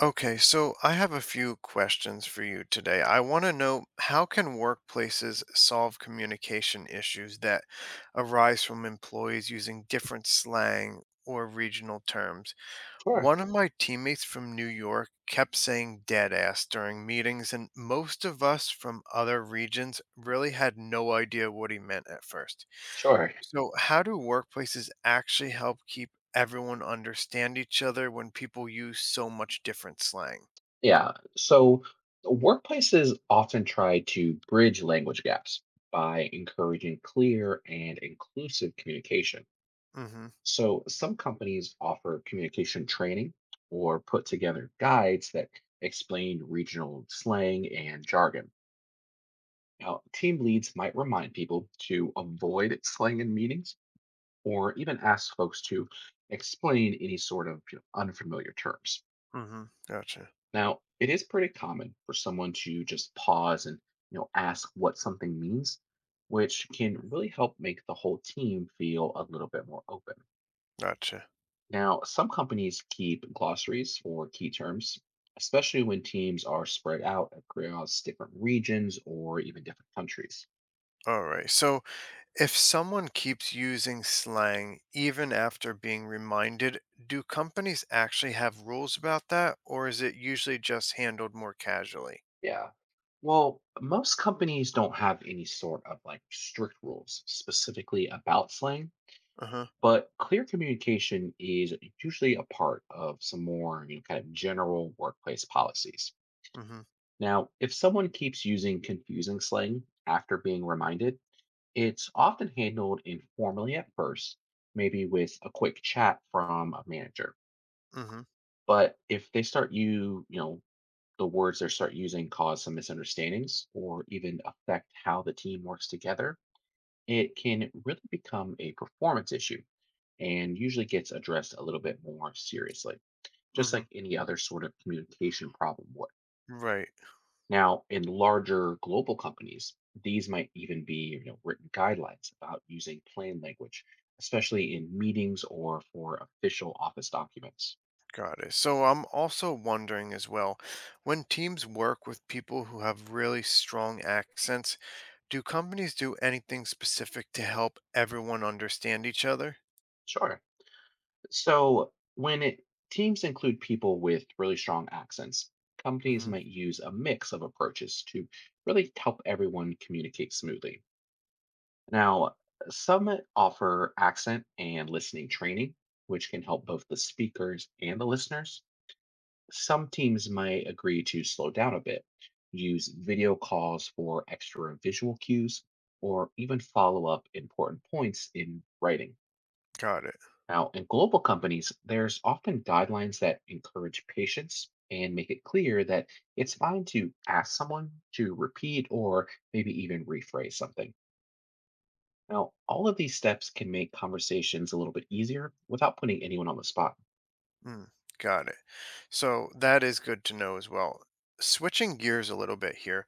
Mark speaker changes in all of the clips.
Speaker 1: Okay, so I have a few questions for you today. I want to know how can workplaces solve communication issues that arise from employees using different slang or regional terms?
Speaker 2: Sure,
Speaker 1: One of my teammates from New York kept saying dead ass during meetings, and most of us from other regions really had no idea what he meant at first.
Speaker 2: sure.
Speaker 1: So, how do workplaces actually help keep everyone understand each other when people use so much different slang?
Speaker 2: Yeah. So workplaces often try to bridge language gaps by encouraging clear and inclusive communication.
Speaker 1: Mm-hmm.
Speaker 2: So some companies offer communication training or put together guides that explain regional slang and jargon. Now, team leads might remind people to avoid slang in meetings or even ask folks to explain any sort of unfamiliar terms.
Speaker 1: Mm-hmm. Gotcha.
Speaker 2: Now, it is pretty common for someone to just pause and ask what something means, which can
Speaker 1: Mhm.
Speaker 2: really help make the whole team feel a little bit more open.
Speaker 1: Gotcha.
Speaker 2: Now, some companies keep glossaries for key terms, especially when teams are spread out across different regions or even different countries.
Speaker 1: All right. So if someone keeps using slang even after being reminded, do companies actually have rules about that or is it usually just handled more casually?
Speaker 2: Yeah. Well, most companies don't have any sort of like strict rules specifically about slang.
Speaker 1: Uh-huh.
Speaker 2: But clear communication is usually a part of some more kind of general workplace policies.
Speaker 1: Mm-hmm.
Speaker 2: Now, if someone keeps using confusing slang after being reminded, it's often handled informally at first, maybe with a quick chat from a manager.
Speaker 1: Mm-hmm.
Speaker 2: But if they start the words they start using cause some misunderstandings or even affect how the team works together, it can really become a performance issue and usually gets addressed a little bit more seriously, just
Speaker 1: Mm-hmm.
Speaker 2: like any other sort of communication problem would.
Speaker 1: Right.
Speaker 2: Now, in larger global companies, these might even be written guidelines about using plain language, especially in meetings or for official office documents.
Speaker 1: Got it. So I'm also wondering as well, when teams work with people who have really strong accents, do companies do anything specific to help everyone understand each other?
Speaker 2: Sure. So, teams include people with really strong accents, companies
Speaker 1: Mm-hmm.
Speaker 2: might use a mix of approaches to really help everyone communicate smoothly. Now, some offer accent and listening training, which can help both the speakers and the listeners. Some teams might agree to slow down a bit, use video calls for extra visual cues, or even follow up important points in writing.
Speaker 1: Got it.
Speaker 2: Now, in global companies, there's often guidelines that encourage patience and make it clear that it's fine to ask someone to repeat or maybe even rephrase something. Now, all of these steps can make conversations a little bit easier without putting anyone on the spot.
Speaker 1: Mm, got it. So that is good to know as well. Switching gears a little bit here,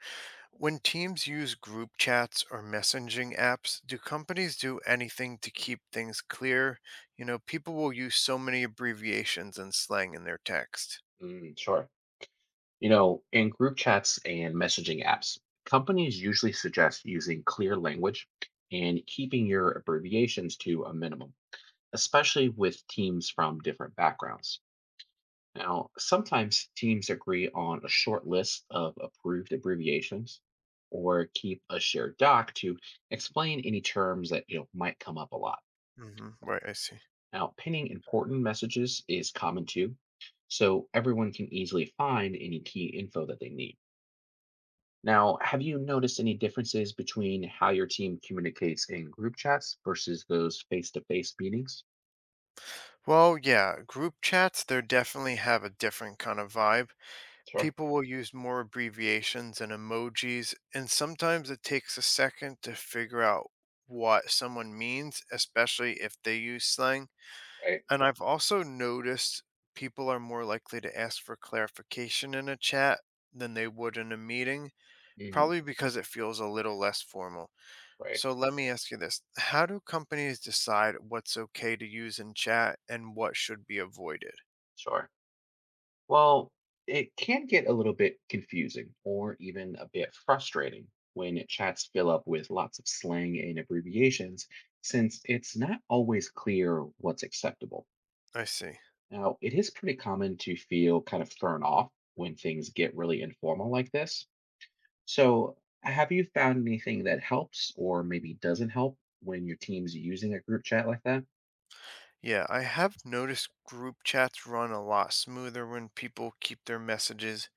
Speaker 1: when teams use group chats or messaging apps, do companies do anything to keep things clear? You know, people will use so many abbreviations and slang in their text.
Speaker 2: Sure. You know, in group chats and messaging apps, companies usually suggest using clear language and keeping your abbreviations to a minimum, especially with teams from different backgrounds. Now, sometimes teams agree on a short list of approved abbreviations or keep a shared doc to explain any terms that might come up a lot.
Speaker 1: Right, I see.
Speaker 2: Now, pinning important messages is common too, so everyone can easily find any key info that they need. Now, have you noticed any differences between how your team communicates in group chats versus those face to face meetings?
Speaker 1: Well, yeah, group chats, they definitely have a different kind of vibe.
Speaker 2: Sure.
Speaker 1: People will use more abbreviations and emojis, and sometimes it takes a second to figure out what someone means, especially if they use slang.
Speaker 2: Right.
Speaker 1: And I've also noticed people are more likely to ask for clarification in a chat than they would in a meeting,
Speaker 2: Mhm.
Speaker 1: probably because it feels a little less formal.
Speaker 2: Right,
Speaker 1: So let me ask you this. How do companies decide what's okay to use in chat and what should be avoided?
Speaker 2: sure. Well, it can get a little bit confusing or even a bit frustrating when chats fill up with lots of slang and abbreviations, since it's not always clear what's acceptable.
Speaker 1: I see.
Speaker 2: Now, it is pretty common to feel kind of thrown off when things get really informal like this. So, have you found anything that helps or maybe doesn't help when your team's using a group chat like that?
Speaker 1: Yeah, I have noticed group chats run a lot smoother when people keep their messages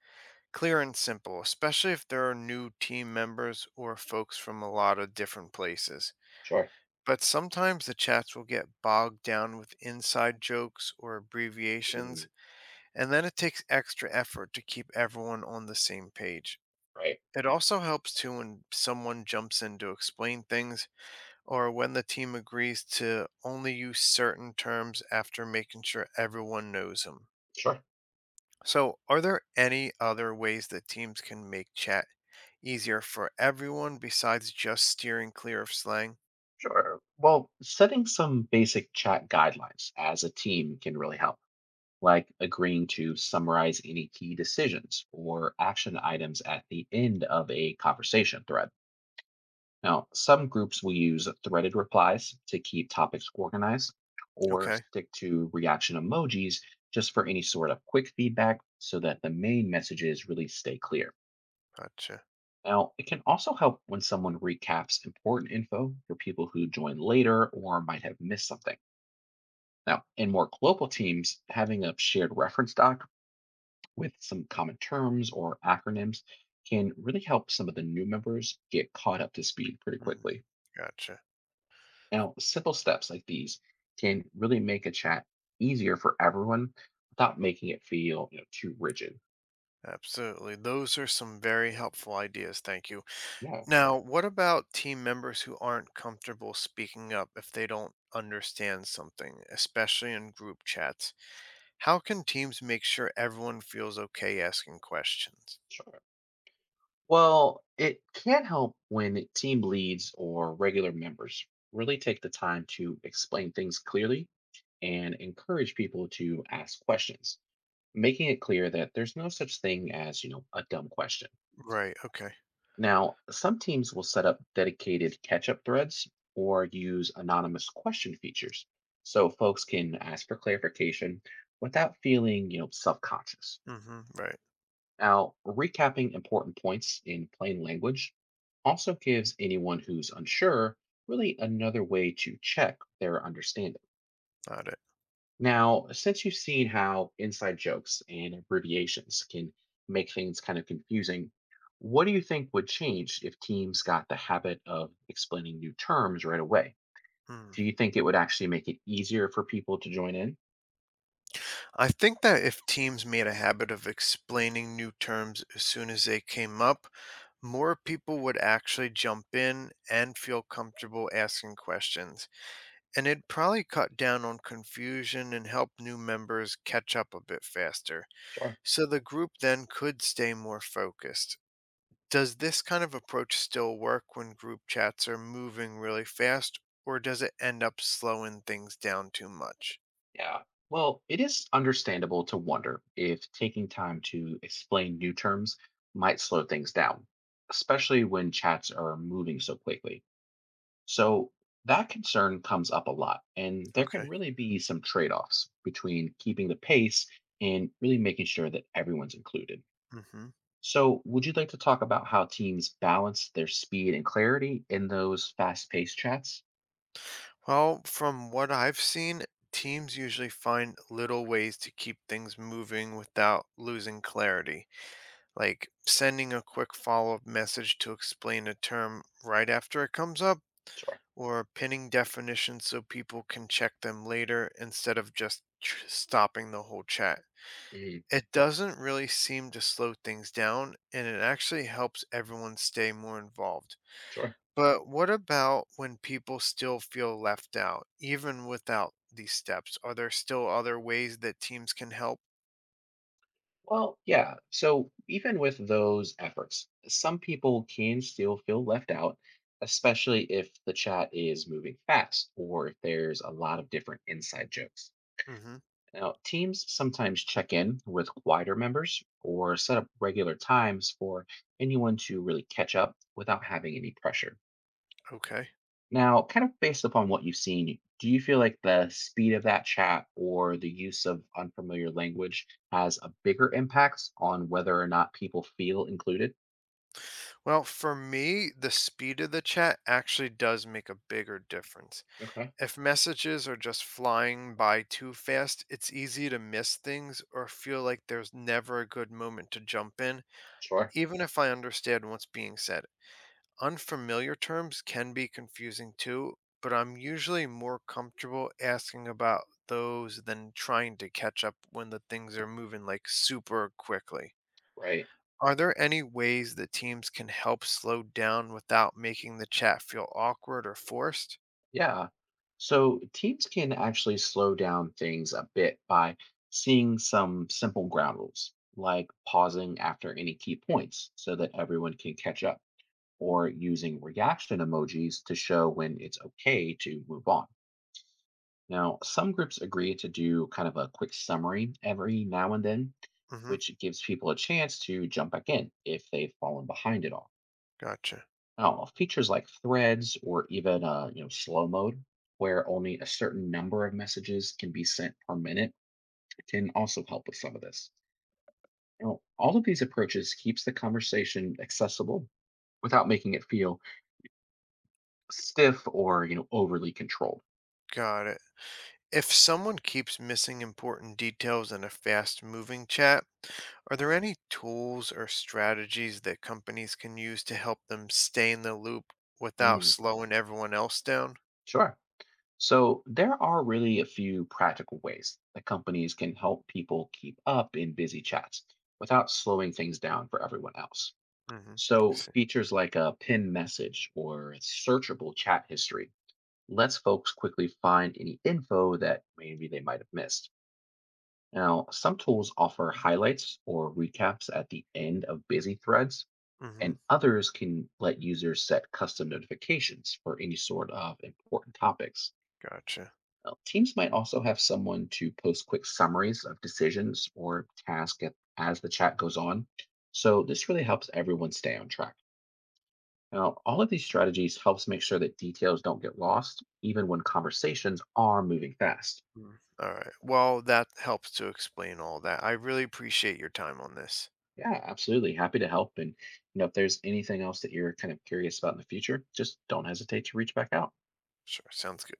Speaker 1: clear and simple, especially if there are new team members or folks from a lot of different places.
Speaker 2: Sure.
Speaker 1: But sometimes the chats will get bogged down with inside jokes or
Speaker 2: Mm,
Speaker 1: abbreviations, and then it takes extra effort to keep everyone on the same page.
Speaker 2: right.
Speaker 1: It also helps too when someone jumps in to explain things or when the team agrees to only use certain terms after making sure everyone knows them.
Speaker 2: Sure.
Speaker 1: So, are there any other ways that teams can make chat easier for everyone besides just steering clear of slang?
Speaker 2: Sure. Well, setting some basic chat guidelines as a team can really help, like agreeing to summarize any key decisions or action items at the end of a conversation thread. Now, some groups will use threaded replies to keep topics organized or
Speaker 1: Okay,
Speaker 2: stick to reaction emojis just for any sort of quick feedback so that the main messages really stay clear.
Speaker 1: gotcha.
Speaker 2: Now, it can also help when someone recaps important info for people who join later or might have missed something. Now, in more global teams, having a shared reference doc with some common terms or acronyms can really help some of the new members get caught up to speed pretty
Speaker 1: Hmm,
Speaker 2: quickly.
Speaker 1: gotcha.
Speaker 2: Now, simple steps like these can really make a chat easier for everyone without making it feel too rigid.
Speaker 1: Absolutely. Those are some very helpful ideas. Thank you.
Speaker 2: Yeah,
Speaker 1: Now, what about team members who aren't comfortable speaking up if they don't understand something, especially in group chats? How can teams make sure everyone feels okay asking questions?
Speaker 2: sure. Well, it can help when team leads or regular members really take the time to explain things clearly and encourage people to ask questions, making it clear that there's no such thing as, a dumb question.
Speaker 1: Right. Okay.
Speaker 2: Now, some teams will set up dedicated catch up threads or use anonymous question features so folks can ask for clarification without feeling, self-conscious.
Speaker 1: Right.
Speaker 2: Now, recapping important points in plain language also gives anyone who's unsure really another way to check their understanding.
Speaker 1: Got it.
Speaker 2: Now, since you've seen how inside jokes and abbreviations can make things kind of confusing, what do you think would change if teams got the habit of explaining new terms right away?
Speaker 1: Mm.
Speaker 2: Do you think it would actually make it easier for people to join in?
Speaker 1: I think that if teams made a habit of explaining new terms as soon as they came up, more people would actually jump in and feel comfortable asking questions. And it'd probably cut down on confusion and help new members catch up a bit faster.
Speaker 2: Sure.
Speaker 1: So the group then could stay more focused. Does this kind of approach still work when group chats are moving really fast, or does it end up slowing things down too much?
Speaker 2: Yeah. Well, it is understandable to wonder if taking time to explain new terms might slow things down, especially when chats are moving so quickly. So that concern comes up a lot, and there can
Speaker 1: Okay.
Speaker 2: really be some trade offs between keeping the pace and really making sure that everyone's included.
Speaker 1: hmm
Speaker 2: So, would you like to talk about how teams balance their speed and clarity in those fast paced chats?
Speaker 1: Well, from what I've seen, teams usually find little ways to keep things moving without losing clarity, like sending a quick follow up message to explain a term right after it comes up,
Speaker 2: Sure.
Speaker 1: or pinning definitions so people can check them later instead of just stopping the whole chat.
Speaker 2: Mhm.
Speaker 1: It doesn't really seem to slow things down, and it actually helps everyone stay more involved.
Speaker 2: Sure.
Speaker 1: But what about when people still feel left out, even without these steps? Are there still other ways that teams can help?
Speaker 2: Well, yeah. So, even with those efforts, some people can still feel left out, especially if the chat is moving fast or if there's a lot of different inside jokes.
Speaker 1: hmm
Speaker 2: Now, teams sometimes check in with quieter members or set up regular times for anyone to really catch up without having any pressure.
Speaker 1: Okay.
Speaker 2: Now, kind of based upon what you've seen, do you feel like the speed of that chat or the use of unfamiliar language has a bigger impact on whether or not people feel included?
Speaker 1: Well, for me, the speed of the chat actually does make a bigger difference.
Speaker 2: Okay,
Speaker 1: If messages are just flying by too fast, it's easy to miss things or feel like there's never a good moment to jump in,
Speaker 2: sure.
Speaker 1: even if I understand what's being said. Unfamiliar terms can be confusing too, but I'm usually more comfortable asking about those than trying to catch up when the things are moving like super quickly.
Speaker 2: Right.
Speaker 1: Are there any ways that teams can help slow down without making the chat feel awkward or forced?
Speaker 2: Yeah. So teams can actually slow down things a bit by seeing some simple ground rules, like pausing after any key points so that everyone can catch up, or using reaction emojis to show when it's okay to move on. Now, some groups agree to do kind of a quick summary every now and then,
Speaker 1: hmm
Speaker 2: which gives people a chance to jump back in if they've fallen behind at all.
Speaker 1: Gotcha.
Speaker 2: Oh, well, features like threads or even slow mode, where only a certain number of messages can be sent per minute, can also help with some of this. Now, all of these approaches keeps the conversation accessible without making it feel stiff or overly controlled.
Speaker 1: Got it. If someone keeps missing important details in a fast moving chat, are there any tools or strategies that companies can use to help them stay in the loop without
Speaker 2: Mm,
Speaker 1: slowing everyone else down?
Speaker 2: sure. So there are really a few practical ways that companies can help people keep up in busy chats without slowing things down for everyone else.
Speaker 1: Mm-hmm.
Speaker 2: So, features like a pinned message or searchable chat history lets folks quickly find any info that maybe they might have missed. Now, some tools offer highlights or recaps at the end of busy threads,
Speaker 1: Mm-hmm.
Speaker 2: and others can let users set custom notifications for any sort of important topics.
Speaker 1: Gotcha.
Speaker 2: Now, teams might also have someone to post quick summaries of decisions or tasks as the chat goes on. So, this really helps everyone stay on track. Now, all of these strategies helps make sure that details don't get lost, even when conversations are moving fast.
Speaker 1: Mm. All right. Well, that helps to explain all that. I really appreciate your time on this.
Speaker 2: Yeah, absolutely. Happy to help. And if there's anything else that you're kind of curious about in the future, just don't hesitate to reach back out.
Speaker 1: Sure. Sounds good.